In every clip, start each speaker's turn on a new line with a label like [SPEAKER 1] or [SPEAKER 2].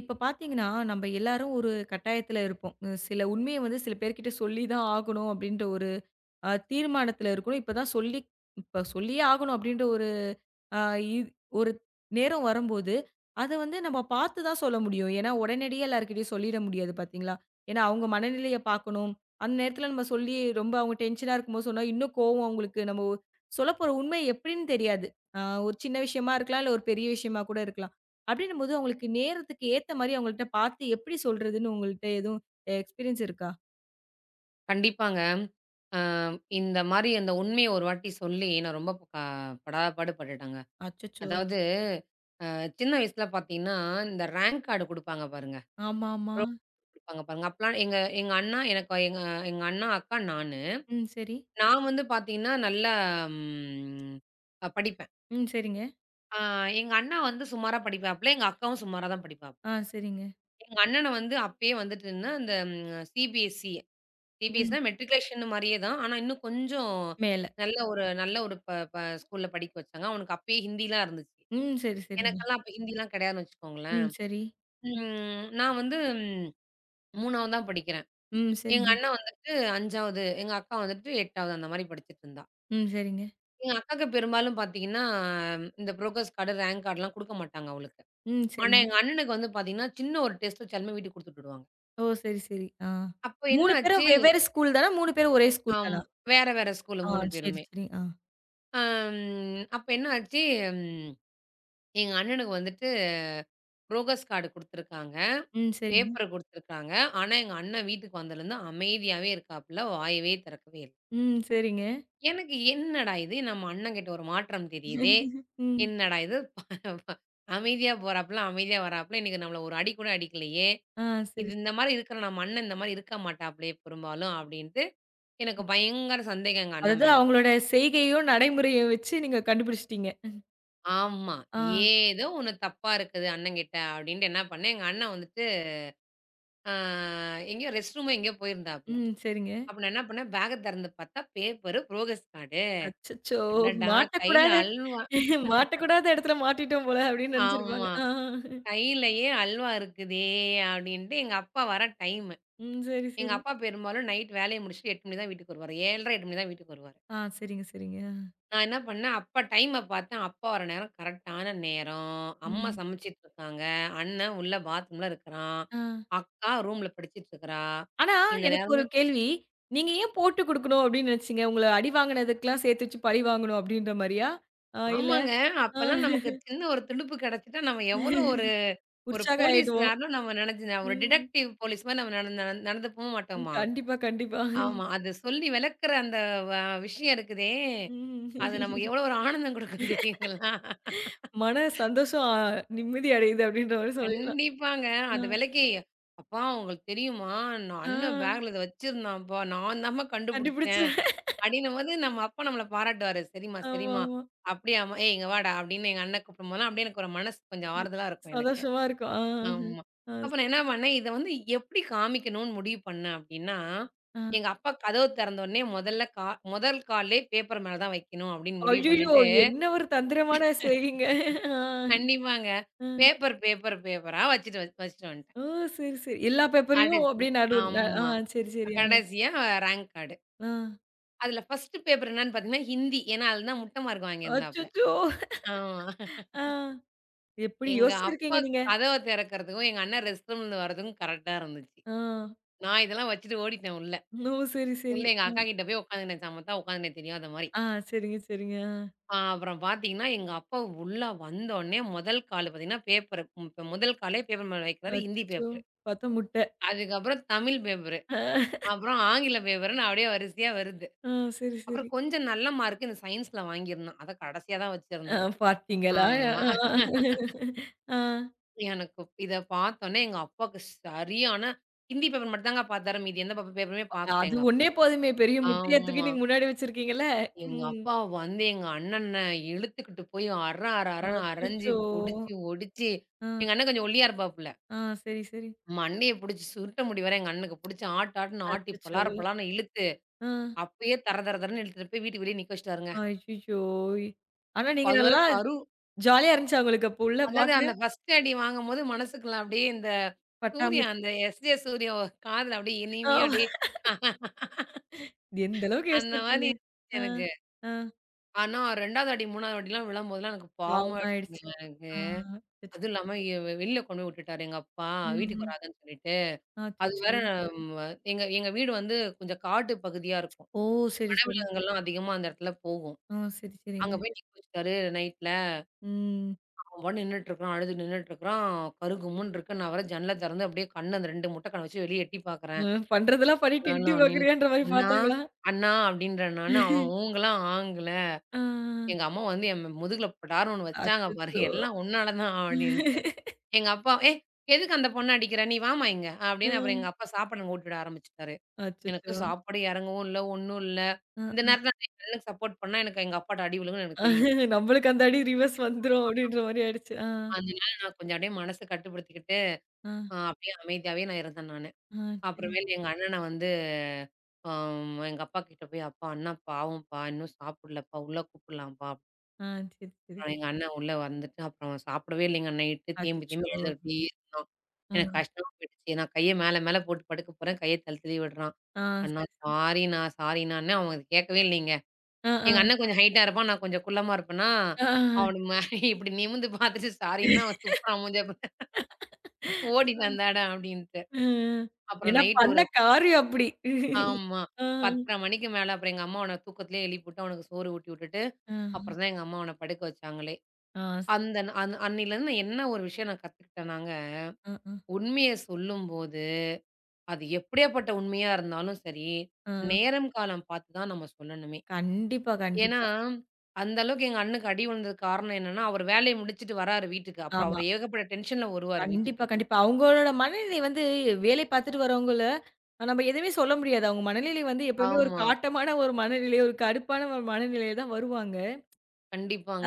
[SPEAKER 1] இப்ப பார்த்தீங்கன்னா, நம்ப எல்லாரும் ஒரு கட்டாயத்துல இருப்போம். சில உண்மைய வந்து சில பேர்கிட்ட சொல்லி தான் ஆகணும் அப்டின்ற ஒரு தீர்மானத்துல இருக்கணும். இப்ப தான் சொல்லி இப்ப சொல்லியே ஆகணும் அப்டின்ற ஆ இ ஒரு நேரம் வரும்போது, அத வந்து நம்ம பார்த்து தான் சொல்ல முடியும். ஏன்னா, உடனடியா எல்லார்கிட்டயும் சொல்லிட முடியாது, பார்த்தீங்களா? ஏன்னா, அவங்க மனநிலைய பார்க்கணும். அந்த நேரத்துல நம்ம சொல்லி ரொம்ப அவங்க டென்ஷனா இருக்கும்போது சொன்னா, இன்னும் கோவம் அவங்களுக்கு, நம்ம சொல்லப்போற உண்மை எப்படின்னு தெரியாது. ஆ, ஒரு சின்ன விஷயமா இருக்கலாம், இல்ல ஒரு பெரிய விஷயமா கூட இருக்கலாம். அப்படின்னும்போது அவங்களுக்கு நேரத்துக்கு ஏத்த மாரி அவங்கள்ட்ட பார்த்து எப்படி சொல்றதுன்னு உங்கள்ட்ட எதுவும் எக்ஸ்பீரியன்ஸ் இருக்கா?
[SPEAKER 2] கண்டிப்பாங்க. அ இந்த மாரி அந்த உண்மைய ஒரு வாட்டி சொல்லி நான் ரொம்ப படாதபாடு பட்டுட்டேங்க.
[SPEAKER 1] அச்சச்சோ!
[SPEAKER 2] அதாவது சின்ன வயசுல பார்த்தீங்கன்னா, இந்த ரேங்க் கார்டு குடுப்பாங்க பாருங்க
[SPEAKER 1] ஆமாமா.
[SPEAKER 2] குடுப்பாங்க பாருங்க. அப்பலாம் எங்க எங்க அண்ணா எனக்கு எங்க எங்க அண்ணா, அக்கா, நானு.
[SPEAKER 1] ம். சரி.
[SPEAKER 2] நான் வந்து பார்த்தீங்கன்னா, நல்லா ம் அ படிப்பேன்.
[SPEAKER 1] ம். சரிங்க.
[SPEAKER 2] அ எங்க அண்ணா வந்து சுமாரா படிப்பாப்ல. எங்க அக்காவும் சுமாரா தான் படிப்பாப்ல.
[SPEAKER 1] ஆ, சரிங்க.
[SPEAKER 2] எங்க அண்ணன வந்து அப்பயே வந்துட்டு இந்த அந்த
[SPEAKER 1] ம்.
[SPEAKER 2] சிபிஎஸ்னா மெட்ரிகுலேஷன் மாரியே தான். ஆனா இன்னும் கொஞ்சம்
[SPEAKER 1] மேல.
[SPEAKER 2] நல்ல ஒரு ப ப ஸ்கூல்ல படிக்க வச்சாங்க. அவனுக்கு அப்பயே ஹிந்திலாம் இருந்துச்சு.
[SPEAKER 1] ம். சரி, சரிங்க.
[SPEAKER 2] எனக்கெல்லாம் அப்ப ஹிந்திலாம் கிடையாதுன்னு வச்சுக்கோங்களேன்.
[SPEAKER 1] ம். சரி.
[SPEAKER 2] நான் வந்து 3வது தான் படிக்கிறேன்.
[SPEAKER 1] ம்.
[SPEAKER 2] எங்க
[SPEAKER 1] சரிங்க.
[SPEAKER 2] அண்ணன் வந்துட்டு 5வது, எங்க அக்கா வந்துட்டு 8வது அந்த மாரி படிச்சுட்டு இருந்தா.
[SPEAKER 1] ம். சரிங்க.
[SPEAKER 2] எங்க அக்காக்கு பெரும்பாலும் பார்த்தீங்கன்னா, இந்த புரோகிரஸ் கார்டு, ரேங்க் கார்டுலாம் குடுக்க மாட்டாங்க அவளுக்கு.
[SPEAKER 1] ம்.
[SPEAKER 2] ஆனா
[SPEAKER 1] சரிங்க.
[SPEAKER 2] எங்க அண்ணனுக்கு வந்து பார்த்தீங்கன்னா, சின்ன ஒரு டெஸ்ட் வச்சாலுமே வீட்டுக்கு குடுத்து விட்டுடுவாங்க.
[SPEAKER 1] ஓ! சரி, சரி. ஆ.
[SPEAKER 2] அப்ப என்ன
[SPEAKER 1] 3 பேரும்
[SPEAKER 2] ஆச்சு
[SPEAKER 1] வெவ்வேறு ஸ்கூல் தானா? 3 பேரும் ஒரே ஸ்கூல்
[SPEAKER 2] ஆம்,
[SPEAKER 1] தானா?
[SPEAKER 2] வேற வேற ஸ்கூலு
[SPEAKER 1] ஆ,
[SPEAKER 2] 3
[SPEAKER 1] சரி,
[SPEAKER 2] பேருமே.
[SPEAKER 1] சரி. ஆ.
[SPEAKER 2] அம் அப்ப என்ன ஆச்சு? ம் எங்க அண்ணனுக்கு வந்துட்டு புரோகிரஸ் கார்டு குடுத்துருக்காங்க.
[SPEAKER 1] ம். சரிங்க.
[SPEAKER 2] பேப்பர் குடுத்துருக்காங்க. ஆனா, எங்க அண்ணன் வீட்டுக்கு வந்ததுலருந்து அமைதியாவே இருக்காப்புல. வாயவே திறக்கவே இல்ல.
[SPEAKER 1] ம். சரிங்க.
[SPEAKER 2] எனக்கு என்னடா இது? நம்ம அண்ணங்கிட்ட ஒரு மாற்றம் தெரியுதே!
[SPEAKER 1] ம்.
[SPEAKER 2] என்னடா இது? ப- ப- அமைதியா போறாப்புல, அமைதியா வராப்புல. இன்னைக்கு நம்மள ஒரு அடி கூட அடிக்கலையே!
[SPEAKER 1] ஆ, சரி,
[SPEAKER 2] இது
[SPEAKER 1] சரி.
[SPEAKER 2] இந்த மாரி இருக்கிற நம்ம அண்ணன் இந்த மாரி இருக்க மாட்டாப்ளே பெரும்பாலும் அப்டின்ட்டு, எனக்கு பயங்கர சந்தேகம் எங்க அண்ணன்
[SPEAKER 1] அதாவது
[SPEAKER 2] மேல.
[SPEAKER 1] அவங்களோட செய்கையும், நடைமுறையும் வச்சு நீங்க கண்டுபிடிச்சுட்டீங்க.
[SPEAKER 2] ஆமா.
[SPEAKER 1] ஆ.
[SPEAKER 2] ஏதோ ஒண்ணு தப்பா இருக்குது அண்ணங்கிட்ட அப்டின்ட்டு என்ன பண்ணேன், எங்க அண்ணன் வந்து ஆ எங்கேயோ ரெஸ்ட் ரூமோ எங்கேயோ போயிருந்தாப்புல.
[SPEAKER 1] ம். சரிங்க.
[SPEAKER 2] அப்ப நான் என்ன பண்ணேன், பேக்க தெறந்து பார்த்தா பேப்பரு, புரோகிரஸ் கார்டு.
[SPEAKER 1] அச்சச்சோ!
[SPEAKER 2] அடடா! கையில
[SPEAKER 1] மாட்டக்கூடாத
[SPEAKER 2] அல்வா.
[SPEAKER 1] மாட்டக்கூடாத இடத்துல மாட்டிட்டோம் போல அப்படின்னு நினைச்சிருப்பாங்க.
[SPEAKER 2] ஆமா.
[SPEAKER 1] ஆ.
[SPEAKER 2] கையிலயே அல்வா இருக்குதே! அப்டின்ட்டு எங்க அப்பா வர டைமு.
[SPEAKER 1] ம். சரி,
[SPEAKER 2] எங்க
[SPEAKER 1] சரி.
[SPEAKER 2] அப்பா பெரும்பாலும் நைட் வேலைய முடிச்சுட்டு 8 மணி தான் வீட்டுக்கு வருவாரு. 7:30, 8 மணி தான் வீட்டுக்கு வருவாரு.
[SPEAKER 1] ஆ. சரிங்க, சரிங்க. ஆ.
[SPEAKER 2] நான் என்ன பண்ணேன், அப்பா டைம பார்த்தேன். அப்பா வர நேரம் கரெக்டான நேரம். அம்மா
[SPEAKER 1] ம்.
[SPEAKER 2] சமைச்சிட்டு இருக்காங்க. அண்ணன் உள்ள பாத்ரூம்ல இருக்கிறான்.
[SPEAKER 1] ஆ.
[SPEAKER 2] அக்கா ரூம்ல படிச்சுட்டு இருக்கிறா.
[SPEAKER 1] ஆனா,
[SPEAKER 2] இந்த
[SPEAKER 1] எனக்கு
[SPEAKER 2] நேரம்
[SPEAKER 1] ஒரு
[SPEAKER 2] தான்.
[SPEAKER 1] கேள்வி. நீங்க ஏன் போட்டு குடுக்கணும் அப்டின்னு நெனச்சீங்க? உங்கள அடி வாங்குனதுக்கெல்லாம் சேர்த்து வச்சு பழி வாங்கணும் அப்டின்ற மாரியா? ஆ, இல்ல,
[SPEAKER 2] ஆமாங்க.
[SPEAKER 1] ஆ,
[SPEAKER 2] அப்பல்லாம் நமக்கு சின்ன ஒரு துடுப்பு கிடைச்சுட்டா, நம்ம எவ்வளோ ஒரு ஒரு
[SPEAKER 1] உற்சாகம் ஆயிடுவோம்.
[SPEAKER 2] போலீஸ்காரன்னு நம்ம நெனச்சு ஒரு
[SPEAKER 1] ம்.
[SPEAKER 2] டிடெக்டிவ் போலீஸ் மாரி நம்ம நடந்து நடந்து நடந்து போ
[SPEAKER 1] ம்.
[SPEAKER 2] மாட்டோமா?
[SPEAKER 1] கண்டிப்பா, கண்டிப்பா.
[SPEAKER 2] ஆமா. அது சொல்லி விளக்குற அந்த வ விஷயம் இருக்குதே! அது நமக்கு
[SPEAKER 1] ம்.
[SPEAKER 2] எவ்வளோ ஒரு ஆனந்தம் குடுக்கும் தெரியுங்களா?
[SPEAKER 1] மன சந்தோஷம், நிம்மதி அடையுது அப்டின்ற மாரி சொல்லிக்கலாம்.
[SPEAKER 2] கண்டிப்பாங்க.
[SPEAKER 1] ஆ,
[SPEAKER 2] அது விளக்கி, "அப்பா உங்களுக்கு தெரியுமா? நான்
[SPEAKER 1] ஆ,
[SPEAKER 2] அண்ணன் பேக்ல இத வச்சிருந்தான்ப்பா. நான் தான்ப்பா
[SPEAKER 1] கண்டுபிடிச்சு.
[SPEAKER 2] கண்டுபிடிச்சேன்." அப்டின்னும்போது நம்ம அப்பா நம்மள பாராட்டுவாரு. "சரிம்மா, சரிம்மா."
[SPEAKER 1] ஆமாமா.
[SPEAKER 2] "அப்படியாம்மா? ஏய் இங்க வாடா" அப்படின்னு எங்க அண்ணன் கூப்பிடும்போதெல்லாம், அப்படியே எனக்கு ஒரு மனசு கொஞ்சம் ஆறுதலா இருக்கும் எனக்கு.
[SPEAKER 1] சந்தோஷமா இருக்கும். ஆ, ஆ.
[SPEAKER 2] ஆமா.
[SPEAKER 1] ஆ,
[SPEAKER 2] அப்ப நான்
[SPEAKER 1] சரி.
[SPEAKER 2] என்ன பண்ணேன், இத வந்து எப்டி காமிக்கணும்னு முடிவு பண்ணேன் அப்டின்னா,
[SPEAKER 1] ஆ.
[SPEAKER 2] எங்க அப்பா கதவு திறந்த உடனே முதல் கால்லே பேப்பர் மேல தான் வைக்கணும் அப்டின்னு முடிவு
[SPEAKER 1] அய்யய்யோ!
[SPEAKER 2] பண்ணிட்டு,
[SPEAKER 1] என்ன ஒரு தந்திரமான செய்விங்க. ஆ,
[SPEAKER 2] கண்டிப்பாங்க.
[SPEAKER 1] ஆ.
[SPEAKER 2] பேப்பர் பேப்பர் பேப்பரா வச்சுட்டு வச்சுட்டு
[SPEAKER 1] ஓ!
[SPEAKER 2] வந்துட்டேன்.
[SPEAKER 1] சரி, சரி. எல்லா பேப்பரையும்
[SPEAKER 2] கடைசி
[SPEAKER 1] அப்படியே நடு ஆ,
[SPEAKER 2] ஆமா.
[SPEAKER 1] சரி, சரி. ஆ.
[SPEAKER 2] கடைசியா ரேங்க் கார்டு.
[SPEAKER 1] ஆ.
[SPEAKER 2] அதுல ஃபர்ஸ்ட் பேப்பர் என்னன்னு பார்த்தீங்கன்னா, ஹிந்தி. ஏன்னா, அதுல தான் முட்ட மார்க் வாங்கியிருந்தாப்ல.
[SPEAKER 1] அச்சச்சோ!
[SPEAKER 2] ஆமா.
[SPEAKER 1] ஆ. எப்படி
[SPEAKER 2] எங்க அப்பா
[SPEAKER 1] யோசிச்சிருக்கீங்க நீங்க?
[SPEAKER 2] கதவ திறக்கிறதுக்கும், எங்க அண்ணன் ரெஸ்ட் ரூம்ல வரதுக்கும் கரெக்ட்டா இருந்துச்சு.
[SPEAKER 1] ஆ.
[SPEAKER 2] நான் இதெல்லாம் வச்சுட்டு ஓடிட்டேன் உள்ள.
[SPEAKER 1] ஓ! சரி, சரி.
[SPEAKER 2] உள்ள எங்க அக்கா
[SPEAKER 1] ம்.
[SPEAKER 2] கிட்ட போய் உட்காந்துனேன் சமத்தா உட்காந்துனேன் தெரியாத மாரி.
[SPEAKER 1] ஆ, சரிங்க, சரிங்க. ஆ.
[SPEAKER 2] அப்புறம் பார்த்தீங்கன்னா, எங்க அப்பா உள்ள வந்தோனே முதல் கால் பார்த்தீங்கன்னா, பேப்பரு இப்ப முதல் காலே பேப்பர் மேல வைக்கிறாரு ஹிந்தி
[SPEAKER 1] அச்சச்சோ!
[SPEAKER 2] பேப்பரு.
[SPEAKER 1] பார்த்தா முட்டை.
[SPEAKER 2] அதுக்கப்புறம் தமிழ் பேப்பரு.
[SPEAKER 1] ஆ.
[SPEAKER 2] அப்புறம் ஆங்கில பேப்பருன்னு அப்படியே வரிசையா வருது.
[SPEAKER 1] ஆ, சரி,
[SPEAKER 2] அப்புறம்
[SPEAKER 1] சரி.
[SPEAKER 2] கொஞ்சம் நல்ல மார்க்கு இந்த சயின்ஸ்ல வாங்கியிருந்தேன். அத கடைசியா தான்
[SPEAKER 1] ஆ,
[SPEAKER 2] வச்சிருந்தேன்.
[SPEAKER 1] பார்த்தீங்களா?
[SPEAKER 2] ஆமா.
[SPEAKER 1] ஆ. ஆ.
[SPEAKER 2] எனக்கு இத பார்த்தோனே எங்க அப்பாவுக்கு சரியான ஹிந்தி பேப்பர் மட்டும் தாங்க பார்த்தாரு. மீதி எந்த பேப்பருமே பார்க்கல
[SPEAKER 1] அது
[SPEAKER 2] எங்க அப்பா.
[SPEAKER 1] ஒண்ணே போதுமே. பெரிய முட்டைய தூக்கி
[SPEAKER 2] ஆமா.
[SPEAKER 1] நீங்க முன்னாடி வச்சிருக்கீங்கல்ல.
[SPEAKER 2] எங்க
[SPEAKER 1] ம்.
[SPEAKER 2] அப்பா வந்து எங்க அண்ணன இழுத்துக்கிட்டு போய் அற அற அரன்னு அரைஞ்சு,
[SPEAKER 1] அச்சச்சோ!
[SPEAKER 2] புடிச்சு, ஒடிச்சு
[SPEAKER 1] ஆ.
[SPEAKER 2] எங்க அண்ணன் கொஞ்சம் ஒல்லியா இருப்பாப்புல.
[SPEAKER 1] ஆ, சரி, சரி.
[SPEAKER 2] மண்டைய புடிச்சு சுருட்ட முடி வர எங்க அண்ணனுக்கு புடிச்சு ஆட்டு ஆட்டுன்னு ஆட்டி
[SPEAKER 1] அச்சச்சோ!
[SPEAKER 2] பலார் பலார்ன்னு இழுத்து,
[SPEAKER 1] ஆ.
[SPEAKER 2] அப்பயே தர தர தரன்னு இழுத்துட்டு போய் வீட்டுக்கு வெளிய நிக்க வச்சுட்டாருங்க.
[SPEAKER 1] அய்யய்யோ! ஆனா நீங்க
[SPEAKER 2] அதுவர
[SPEAKER 1] நல்லா
[SPEAKER 2] கரு
[SPEAKER 1] ஜாலியா இருந்துச்சா உங்களுக்கு அப்போ உள்ள
[SPEAKER 2] அதாவது அந்த
[SPEAKER 1] பார்க்க?
[SPEAKER 2] ஃபர்ஸ்ட் அடி வாங்கும்போது மனசுக்குள்ள அப்படியே இந்த சூர்யா
[SPEAKER 1] பட்டாம்பூச்சி.
[SPEAKER 2] அந்த எஸ்.ஜே. சூர்யா காதுல அப்படியே இனிமையா
[SPEAKER 1] ஆமா.
[SPEAKER 2] அப்படியே
[SPEAKER 1] எந்த அளவுக்கு
[SPEAKER 2] அந்த மாரி
[SPEAKER 1] யோசிச்சிருக்கீங்க?
[SPEAKER 2] இருந்துச்சு
[SPEAKER 1] ஆ,
[SPEAKER 2] எனக்கு.
[SPEAKER 1] ஆ.
[SPEAKER 2] ஆனா 2வது அடி, 3வது அடிலாம் விழும்போதெல்லாம் எனக்கு பாவமா
[SPEAKER 1] பாவமாயிடுச்சு.
[SPEAKER 2] ஆயிடுச்சுங்க எனக்கு.
[SPEAKER 1] ஆ,
[SPEAKER 2] அதுவும்
[SPEAKER 1] அச்சச்சோ!
[SPEAKER 2] இல்லாம எ வெ வெளில கொண்டு போய் விட்டுட்டாரு எங்க அப்பா. வீட்டுக்கு
[SPEAKER 1] ம்.
[SPEAKER 2] வராதன்னு சொல்லிட்டு. அது
[SPEAKER 1] அச்சச்சோ!
[SPEAKER 2] வேற. ம் அ எங்க எங்க வீடு வந்து கொஞ்சம் காட்டு பகுதியா இருக்கும்.
[SPEAKER 1] ஓ! சரி, சரி.
[SPEAKER 2] வனவிலங்குகள்லாம் அதிகமா அந்த இடத்துல போகும்.
[SPEAKER 1] ஓ! சரி,
[SPEAKER 2] அங்க
[SPEAKER 1] சரிங்க.
[SPEAKER 2] போய் நிக்க வச்சுட்டாரு நைட்ல.
[SPEAKER 1] ம்.
[SPEAKER 2] அவன் பாட்டுக்கு நின்னுட்டுருக்கான். அழுது நின்னுட்டுருக்கான். கும்முன்னு இருக்கு. நான் வேற ஜன்னல திறந்து அப்படியே கண்ண அந்த 2 முட்ட கண்ண வச்சு வெளிய எட்டி
[SPEAKER 1] அ
[SPEAKER 2] பார்க்குறேன்.
[SPEAKER 1] பண்றதெல்லாம் பண்ணிட்டு எட்டி
[SPEAKER 2] நானும் அப்படின்னு,
[SPEAKER 1] பார்க்குறியான்ற மாரி
[SPEAKER 2] "அண்ணா,
[SPEAKER 1] பார்த்தாங்களா?
[SPEAKER 2] அண்ணா" அப்படின்றேன் நானு. அவன் ஊங்கலாம் ஆங்கல.
[SPEAKER 1] ஆ.
[SPEAKER 2] எங்க அம்மா வந்து என் முதுகுல படார்ன்னு ஒண்ணு வச்சாங்க பாரு.
[SPEAKER 1] அச்சச்சோ!
[SPEAKER 2] "எல்லாம் உன்னால தான்" அப்படின்ட்டு.
[SPEAKER 1] ம்.
[SPEAKER 2] எங்க அப்பா, "ஏய்! எதுக்கு அந்த பொண்ண அடிக்கிற? நீ வாம்மா இங்க" அப்படின்னு அப்புறம் எங்க அப்பா சாப்பாடுங்க ஊட்டிவிட ஆரம்பிச்சுட்டாரு. எனக்கு
[SPEAKER 1] அச்சச்சோ!
[SPEAKER 2] சாப்பாடு இறங்கவும் இல்ல, ஒண்ணும் இல்ல.
[SPEAKER 1] அ,
[SPEAKER 2] இந்த
[SPEAKER 1] அ.
[SPEAKER 2] நேரத்தில நான் என் அண்ணனுக்கு சப்போர்ட் பண்ணா, எனக்கு எங்க அப்பாட்ட அடி விழுகும்ன்னு எனக்கு தெரியும்.
[SPEAKER 1] நம்மளுக்கு அந்த அடி ரிவர்ஸ் வந்துரும் அப்டின்ற மாரி ஆயிடுச்சு. ஆ,
[SPEAKER 2] அதனால நான் கொஞ்சம் அப்படியே மனச கட்டுப்படுத்திக்கிட்டு,
[SPEAKER 1] ஆ,
[SPEAKER 2] அப்படியே அமைதியாவே நான் இருந்தேன் நானு.
[SPEAKER 1] ஆ. சரி.
[SPEAKER 2] அப்புறமேல் எங்க அண்ணன வந்து எங்க அப்பா கிட்ட போய், "அப்பா, அண்ணா பாவம்ப்பா, இன்னும் சாப்பிடலப்பா, உள்ள கூப்பிடலாம்ப்பா".
[SPEAKER 1] ஆ, சரி, சரி.
[SPEAKER 2] அப்புறம் எங்க அண்ணன் உள்ள வந்துட்டு அப்புறம் சாப்பிடவே இல்லைங்க நைட்டு. தேம்பி
[SPEAKER 1] அச்சச்சோ!
[SPEAKER 2] தேம்பி அழுதுகிட்டே இருந்தான்.
[SPEAKER 1] ஆ.
[SPEAKER 2] எனக்கு கஷ்டமா போயிடுச்சு. நான் கைய மேல மேல போட்டு படுக்க போறேன். கைய தள்ளி தள்ளி விடுறான்.
[SPEAKER 1] ஆ,
[SPEAKER 2] "அண்ணா
[SPEAKER 1] சரி, சரி.
[SPEAKER 2] சாரிண்ணா, சாரிண்ணான்னேன்." அவன் அத கேட்கவே இல்லைங்க.
[SPEAKER 1] ஆ, ஆ,
[SPEAKER 2] எங்க அண்ணன் கொஞ்சம் ஹைட்டா இருப்பான். நான் கொஞ்சம் குள்ளமா இருப்பேனா,
[SPEAKER 1] ஆ,
[SPEAKER 2] அவன மாரி
[SPEAKER 1] புரியுது.
[SPEAKER 2] இப்படி நிமிர்ந்து பார்த்துட்டு சாரின்னா, அவன் துப்புறான் மூஞ்சிய பாரு.
[SPEAKER 1] ஆ,
[SPEAKER 2] "ஓடிட்டு வந்தாடா" அப்படின்ட்டு.
[SPEAKER 1] ஆ.
[SPEAKER 2] அப்புறம்
[SPEAKER 1] ஏன்னா
[SPEAKER 2] நைட்டு
[SPEAKER 1] பண்ண
[SPEAKER 2] ஒரு
[SPEAKER 1] காரியம் அப்படி.
[SPEAKER 2] ஆமா.
[SPEAKER 1] ஆ,
[SPEAKER 2] 10:30 மணிக்கு மேல அப்புறம் எங்க அம்மா அவன தூக்கத்திலேயே எழுப்பிவிட்டு, அவனுக்கு சோறு ஊட்டி விட்டுட்டு,
[SPEAKER 1] ஆ,
[SPEAKER 2] அப்புறம் தான் எங்க அம்மா அவன படுக்க வச்சாங்களே.
[SPEAKER 1] ஆ, சரி.
[SPEAKER 2] அந்த ந அன் அன்னிலருந்து நான் என்ன ஒரு விஷயம் நான் கத்துக்கிட்டேனாங்க.
[SPEAKER 1] ஆ, ஆ,
[SPEAKER 2] உண்மைய சொல்லும்போது, அது எப்படியாப்பட்ட உண்மையா இருந்தாலும் சரி,
[SPEAKER 1] ஆ.
[SPEAKER 2] நேரம், காலம் பார்த்து தான் நம்ம சொல்லணுமே.
[SPEAKER 1] கண்டிப்பா,
[SPEAKER 2] ஏன்னா,
[SPEAKER 1] கண்டிப்பா.
[SPEAKER 2] அந்த அளவுக்கு எங்க அண்ணனுக்கு அடி விழுந்ததுக்கு காரணம் என்னன்னா, அவரு வேலைய முடிச்சுட்டு வராரு வீட்டுக்கு. அப்புறம்
[SPEAKER 1] ஆமா.
[SPEAKER 2] அவரு ஏகப்பட்ட டென்ஷன்ல வருவாரு வீட்டுக்கு.
[SPEAKER 1] கண்டிப்பா, கண்டிப்பா. அவங்களோட மனநிலை வந்து, வேலை பார்த்துட்டு வரவங்கள நம்ம எதுவுமே சொல்ல முடியாது. அவங்க மனநிலை வந்து எப்பவுமே ஒரு
[SPEAKER 2] ஆமா.
[SPEAKER 1] காட்டமான ஒரு மனநிலை, ஒரு கடுப்பான ஒரு மனநிலையில தான் வருவாங்க.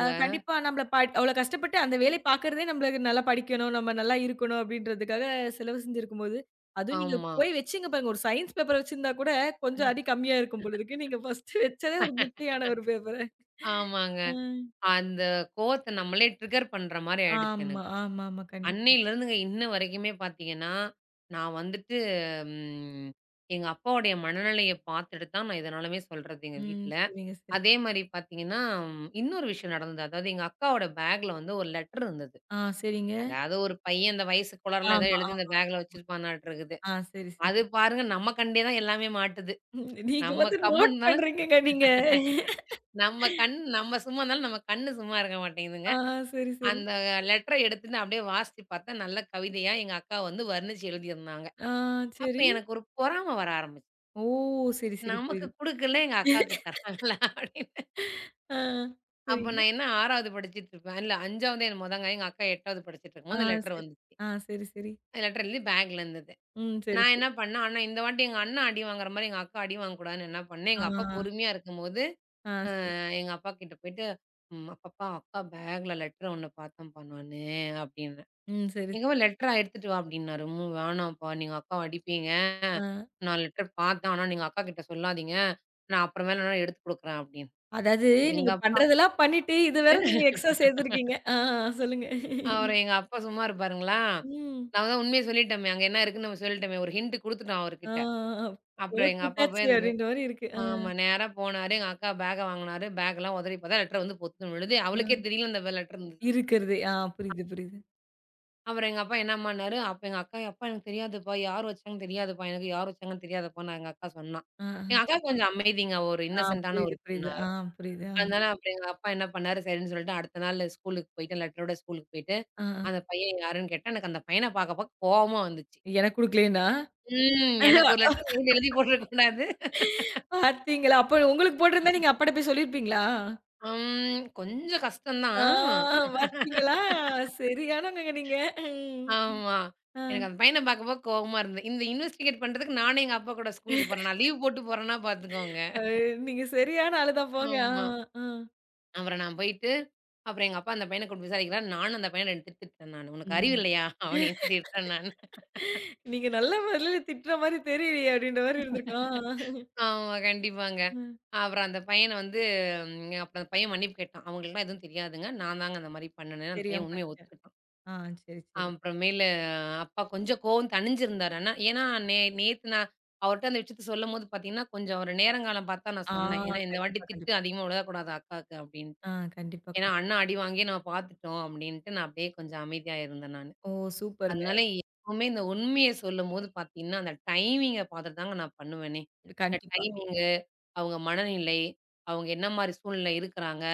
[SPEAKER 1] கண்டிப்பா நம்மள அவ்ளோ கஷ்டப்பட்டு அந்த வேலை பார்க்குறதே நம்மளுக்கு நல்லா படிக்கணும், நம்ம நல்லா இருக்கணும் அப்டின்றதுக்காக செலவு செஞ்சிருக்கும்போது, அதுவும் நீங்க
[SPEAKER 2] ஆமா.
[SPEAKER 1] போய் வச்சீங்க பாருங்க. ஒரு சயன்ஸ் பேப்பர் வச்சிருந்தா கூட கொஞ்சம் அடி கம்மியா இருக்கும் போல இருக்கு. நீங்க ஃபர்ஸ்ட்டு வச்சதே ஒரு முக்கியமான ஒரு பேப்பர.
[SPEAKER 2] ஆமாங்க.
[SPEAKER 1] ம்.
[SPEAKER 2] அந்த கோவத்த நம்மளே ட்ரிகர் பண்ற மாரி ஆயிடுச்சு
[SPEAKER 1] ஆமா,
[SPEAKER 2] எனக்கு.
[SPEAKER 1] ஆமாமா. கண்டிப்பா.
[SPEAKER 2] அன்னையிலருந்துங்க இன்ன வரைக்குமே பார்த்தீங்கன்னா, நான் வந்துட்டு ம் எங்க அப்பாவுடைய மனநிலைய பார்த்துட்டு தான் நான் எதுனாலுமே சொல்றது எங்க
[SPEAKER 1] ம்.
[SPEAKER 2] வீட்ல.
[SPEAKER 1] சரிங்க, சரி.
[SPEAKER 2] அதே மாரி பார்த்தீங்கன்னா, இன்னொரு விஷயம் நடந்தது. அதாவது எங்க அக்காவோட பேக்ல வந்து ஒரு லெட்டர் இருந்தது.
[SPEAKER 1] ஆ, சரிங்க.
[SPEAKER 2] அதாவது ஒரு பையன் இந்த வயசு கோளாறுல ஏதோ
[SPEAKER 1] ஆமா,
[SPEAKER 2] எழுதி இந்த
[SPEAKER 1] ஆமா.
[SPEAKER 2] பேக்ல வச்சிருப்பானாட்ருக்குது.
[SPEAKER 1] ஆ, சரி, சரி.
[SPEAKER 2] அது பாருங்க நம்ம கண்டே தான் எல்லாமே மாட்டுது.
[SPEAKER 1] நீங்க
[SPEAKER 2] நம்ம
[SPEAKER 1] வந்து
[SPEAKER 2] கம்முனு
[SPEAKER 1] நோட்
[SPEAKER 2] இருந்தாலும்
[SPEAKER 1] பண்றீங்கங்க நீங்க.
[SPEAKER 2] நம்ம சும்மா இருந்தாலும் நம்ம கண்ணு சும்மா இருக்க மாட்டேங்குதுங்க.
[SPEAKER 1] ஆ, சரி, சரி.
[SPEAKER 2] அந்த லெட்டர எடுத்துட்டு அப்படியே வாசிச்சு பார்த்தா, நல்ல கவிதையா எங்க அக்கா வந்து வர்ணிச்சு எழுதியிருந்தாங்க.
[SPEAKER 1] ஆ,
[SPEAKER 2] அப்ப
[SPEAKER 1] சரி.
[SPEAKER 2] எனக்கு ஒரு பொறாம வர ஆரம்பிச்சு.
[SPEAKER 1] ஓ! சரி, சரி.
[SPEAKER 2] நமக்கு
[SPEAKER 1] புரியுது.
[SPEAKER 2] குடுக்கல எங்க அக்காவுக்கு தராங்களா அப்படின்னு.
[SPEAKER 1] ஆ,
[SPEAKER 2] அப்ப
[SPEAKER 1] சரிங்க.
[SPEAKER 2] நான் என்ன 6வது படிச்சுட்டு இருப்பேன். இல்ல 5வது என்னமோ தாங்க. எங்க அக்கா 8வது படிச்சுட்டு
[SPEAKER 1] ஆ,
[SPEAKER 2] இருக்கும்போது இந்த லெட்டர்
[SPEAKER 1] சரி.
[SPEAKER 2] வந்துச்சு.
[SPEAKER 1] ஆ, சரி, சரி.
[SPEAKER 2] அந்த லெட்டர் எழுதி பேக்ல இருந்தது.
[SPEAKER 1] ம். சரி,
[SPEAKER 2] நான்
[SPEAKER 1] சரி.
[SPEAKER 2] என்ன பண்ணேன், ஆனா இந்த வாட்டி எங்க அண்ணா அடி வாங்குற மாரி எங்க அக்கா அடி வாங்கக்கூடாதுன்னு என்ன பண்ணேன்,
[SPEAKER 1] ஆ,
[SPEAKER 2] எங்க அப்பா பொறுமையா இருக்கும்போது,
[SPEAKER 1] ஆ, சரி.
[SPEAKER 2] எங்க அப்பா கிட்ட போயிட்டு, பாப்பா அக்கா பேக்ல லெட்டர் ஒண்ணு பார்த்தேன்ப்பா நானு" அப்படின்னேன்.
[SPEAKER 1] ம். சரி, சரி.
[SPEAKER 2] "எங்கம்மா லெட்டரா எடுத்துட்டு வா" அப்படின்னாரு. வேணாம்ப்பா நீங்க அக்காவ அடிப்பீங்க.
[SPEAKER 1] ஆ.
[SPEAKER 2] நான் லெட்டர் பார்த்தேன். ஆனா நீங்க அக்கா கிட்ட சொல்லாதீங்க. நான் அப்புறமேல வேணா எடுத்து குடுக்குறேன்" அப்படின்னு.
[SPEAKER 1] அதாவது
[SPEAKER 2] எங்க
[SPEAKER 1] நீங்க
[SPEAKER 2] அப்பா
[SPEAKER 1] பண்றதெல்லாம் பண்ணிட்டு, இது வேற நீங்க எக்ஸ்ட்ரா சேர்த்துருக்கீங்க. ஆ, சொல்லுங்க.
[SPEAKER 2] அவரு எங்க அப்பா சும்மா இருப்பாருங்களா?
[SPEAKER 1] ம்.
[SPEAKER 2] நான் தான் உண்மைய சொல்லிட்டோமே. அங்க என்ன இருக்குன்னு நம்ம சொல்லிட்டோமே. ஒரு ஹிண்ட் குடுத்துட்டோம்
[SPEAKER 1] ஆ,
[SPEAKER 2] அவர்கிட்ட.
[SPEAKER 1] ஆ.
[SPEAKER 2] அப்புறம்
[SPEAKER 1] போட்டு
[SPEAKER 2] எங்க அப்பா
[SPEAKER 1] விட்டாச்சு
[SPEAKER 2] போய் அந்த
[SPEAKER 1] அப்படின்ற மாரி இருக்கு. ஆ,
[SPEAKER 2] ஆமா நேரா போனாரு. எங்க அக்கா பேக்க வாங்குனாரு. பேக்லாம் உதறி பார்த்தா லெட்டர் வந்து பொத்துன்னு விழுது. அவளுக்கே
[SPEAKER 1] ஆ.
[SPEAKER 2] தெரியல அந்த லெட்டர் இருந்தது.
[SPEAKER 1] இருக்கிறது. ஆ, புரியுது, புரியுது.
[SPEAKER 2] அப்புறம் எங்க அப்பா என்னம்மான்னாரு, அப்ப எங்க அக்கா, "அப்பா எனக்கு தெரியாதுப்பா. யார் வச்சாங்கன்னு தெரியாதுப்பா. எனக்கு யார் வச்சாங்கன்னு தெரியாதுப்பான்னு" எங்க அக்கா சொன்னா.
[SPEAKER 1] ஆ, ஆ.
[SPEAKER 2] எங்க அக்கா கொஞ்சம் அமைதிங்க. ஒரு
[SPEAKER 1] ஆ,
[SPEAKER 2] இன்னசென்ட்டான
[SPEAKER 1] புரியுது,
[SPEAKER 2] ஒரு
[SPEAKER 1] புரியுது.
[SPEAKER 2] பொண்ணு.
[SPEAKER 1] ஆ, புரியுது. ஆ,
[SPEAKER 2] அதனால அப்புறம் எங்க அப்பா என்ன பண்ணாரு, சரின்னு சொல்லிட்டு அடுத்த நாள் ஸ்கூலுக்கு போயிட்டு லெட்டரோட ஸ்கூலுக்கு போயிட்டு,
[SPEAKER 1] ஆ.
[SPEAKER 2] அந்த பையன் யாருன்னு கேட்டா, எனக்கு அந்த பையன பாக்க பாக்க கோவமா வந்துச்சு.
[SPEAKER 1] எனக்கு குடுக்கலைன்னா?
[SPEAKER 2] ம். எனக்கு ஒரு லெட்டர் கையில எழுதி போட்டுறக் கூடாது.
[SPEAKER 1] பாத்தீங்களா? அப்ப உங்களுக்கு போட்டிருந்தா நீங்க அப்பாட்ட போய் சொல்லியிருப்பீங்களா?
[SPEAKER 2] ம். கொஞ்சம் கஷ்டம்
[SPEAKER 1] ஆ,
[SPEAKER 2] தான்.
[SPEAKER 1] பாத்தீங்களா? சரியானவங்கங்க நீங்க. ம்.
[SPEAKER 2] ஆமா.
[SPEAKER 1] ஆ.
[SPEAKER 2] எனக்கு அந்த பையன பார்க்கும்போது கோவமா இருந்தது. இந்த இன்வெஸ்டிகேட் பண்றதுக்கு நானும் எங்க அப்பா கூட ஸ்கூலுக்கு போறேன். நான் லீவ் போட்டு போறேன்னா பார்த்துக்கோங்க.
[SPEAKER 1] அ நீங்க சரியான ஆளு தான் போங்க. ஆ,
[SPEAKER 2] ஆமா.
[SPEAKER 1] ஆ.
[SPEAKER 2] அப்புறம் நான் போயிட்டு, அப்புறம் எங்க அப்பா அந்த பையன கூப்பிட்டு விசாரிக்கிறாரு. நானும் அந்த பையன 2 திட்டு திட்டுறேன் நானு. "உனக்கு அறிவு
[SPEAKER 1] ம்.
[SPEAKER 2] இல்லையா?" அப்படின்னு திட்டுறேன் நானு.
[SPEAKER 1] நீங்க நல்ல பதில திட்டுற மாரி தெரியலையே! அப்டின்ற மாரி இருந்திருக்கும். ஆ.
[SPEAKER 2] ஆமா. கண்டிப்பாங்க.
[SPEAKER 1] ம்.
[SPEAKER 2] அப்புறம் அந்த பையன வந்து அப்புறம் அந்த பையன் மன்னிப்பு கேட்டான். "அவங்களுக்குலாம் எதுவும் தெரியாதுங்க. நான் தாங்க அந்த மாரி பண்ணுனேன்." அந்த
[SPEAKER 1] தெரியாம
[SPEAKER 2] பையன் உண்மைய
[SPEAKER 1] பண்ணிட்டேன்.
[SPEAKER 2] ஒத்துக்கிட்டான்.
[SPEAKER 1] ஆ, சரி, சரி.
[SPEAKER 2] அப்புறமேலு அப்பா கொஞ்சம் கோவம் தணிஞ்சிருந்தாரு. ஆனா ஏன்னா நேத்து நான் அவர்ட்ட அந்த விஷயத்த சொல்லும்போது பார்த்தீங்கன்னா, கொஞ்சம் ஒரு நேரங்காலம் பார்த்து தான் நான்
[SPEAKER 1] ஆ,
[SPEAKER 2] சொன்னேன். ஏன்னா, "இந்த வாட்டி
[SPEAKER 1] கண்டிப்பா,
[SPEAKER 2] திட்டு
[SPEAKER 1] கண்டிப்பா.
[SPEAKER 2] அதிகமா விழக்கூடாது அக்காவுக்கு" அப்டின்ட்டு.
[SPEAKER 1] ஆ, கண்டிப்பா,
[SPEAKER 2] ஏன்னா,
[SPEAKER 1] கண்டிப்பா.
[SPEAKER 2] அண்ணா அடி வாங்கியே நம்ம பார்த்துட்டோம் அப்டின்ட்டு நான் அப்டியே கொஞ்சம் அமைதியா இருந்தேன் நானு.
[SPEAKER 1] ஓ! சூப்பருங்க.
[SPEAKER 2] அதனால எப்பவுமே இந்த உண்மைய சொல்லும்போது பார்த்தீங்கன்னா, அந்த டைமிங்க பார்த்துட்டு தாங்க நான் பண்ணுவேனே. இந்த
[SPEAKER 1] கண்டிப்பா.
[SPEAKER 2] டைமிங்கு, அவங்க மனநிலை, அவங்க என்ன மாரி சூழ்நிலை இருக்குறாங்க,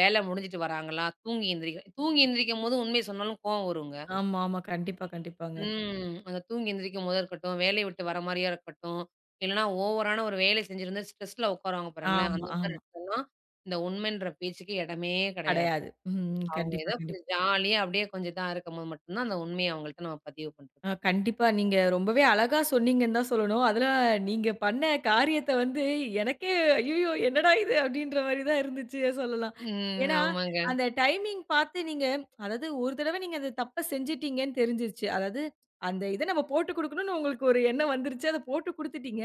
[SPEAKER 2] வேல முடிஞ்சுட்டு வராங்களா, தூங்கி எந்திரிக்கும்போது உண்மைய சொன்னாலும் கோவம் வருங்க.
[SPEAKER 1] ஆமா, ஆமா. கண்டிப்பா, கண்டிப்பாங்க.
[SPEAKER 2] ம். அந்த தூங்கி எந்திரிக்கும்போதா இருக்கட்டும், வேலைய விட்டு வர மாரியா இருக்கட்டும், இல்லன்னா ஓவரான ஒரு வேலை செஞ்சிருந்து ஸ்ட்ரெஸ்ல உட்காருவாங்க பாருங்களேன்,
[SPEAKER 1] ஆமா,
[SPEAKER 2] அந்த மாரி
[SPEAKER 1] ஆமா.
[SPEAKER 2] இடத்துலலாம் இந்த உண்மைன்ற பேச்சுக்கு இடமே கிடையாது.
[SPEAKER 1] கடையாது. ம்.
[SPEAKER 2] அவங்க
[SPEAKER 1] கண்டிப்பா,
[SPEAKER 2] ஏதோ
[SPEAKER 1] கண்டிப்பா.
[SPEAKER 2] கொஞ்சம் ஜாலியா அப்படியே கொஞ்சம் இதா இருக்கும்போது மட்டும் தான் அந்த உண்மைய அவங்கள்ட்ட நம்ம பதிவு பண்றோம்.
[SPEAKER 1] ஆ, கண்டிப்பா. நீங்க ரொம்பவே அழகா சொன்னீங்கன்னு தான் சொல்லணும். அதுல நீங்க பண்ண காரியத்த வந்து எனக்கே ஐய்யயோ! என்னடா இது அப்டின்ற மாரி தான் இருந்துச்சு சொல்லலாம்.
[SPEAKER 2] ம்.
[SPEAKER 1] ஏன்னா,
[SPEAKER 2] ஆமாங்க.
[SPEAKER 1] அந்த டைமிங் பார்த்து நீங்க, அதாவது ஒரு தடவ நீங்க அந்த தப்ப செஞ்சுட்டீங்கன்னு தெரிஞ்சிருச்சு. அதாவது அந்த இத நம்ம போட்டு குடுக்கணும்னு உங்களுக்கு ஒரு எண்ணம் வந்துருச்சு. அத போட்டு குடுத்துட்டீங்க.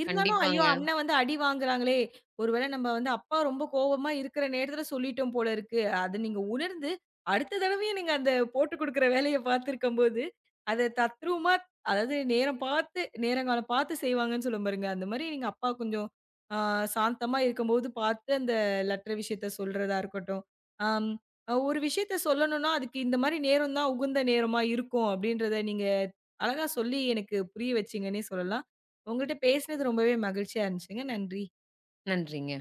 [SPEAKER 1] இருந்தாலும் ஐயோ!
[SPEAKER 2] கண்டிப்பாங்க.
[SPEAKER 1] அண்ணன் வந்து அடி வாங்குறாங்களே! ஒருவேள நம்ம வந்து அப்பா ரொம்ப கோவமா இருக்கிற நேரத்துல சொல்லிட்டோம் போல இருக்கு. அத நீங்க உணர்ந்து அடுத்த தடவையும் நீங்க அந்த போட்டு குடுக்குற வேலைய பார்த்துருக்கும்போது அது தத்ரூவமா, அதாவது நேரம் பார்த்து, நேரங்காலம் பார்த்து செய்வாங்கன்னு சொல்லுவேன் பாருங்க. அந்த மாரி எங்க அப்பா கொஞ்சம் அ சாந்தமா இருக்கும்போது பார்த்து அந்த லெட்டர் விஷயத்த சொல்றதா இருக்கட்டும். அம் அ ஒரு விஷயத்த சொல்லணும்னா, அதுக்கு இந்த மாரி நேரம் தான் உகுந்த நேரமா இருக்கும் அப்படின்றத நீங்க அழகா சொல்லி எனக்கு புரிய வச்சீங்கன்னே சொல்லலாம். உங்கள்ட்ட பேசினது ரொம்பவே மகிழ்ச்சியா இருந்துச்சுங்க. நன்றி.
[SPEAKER 2] நன்றிங்க.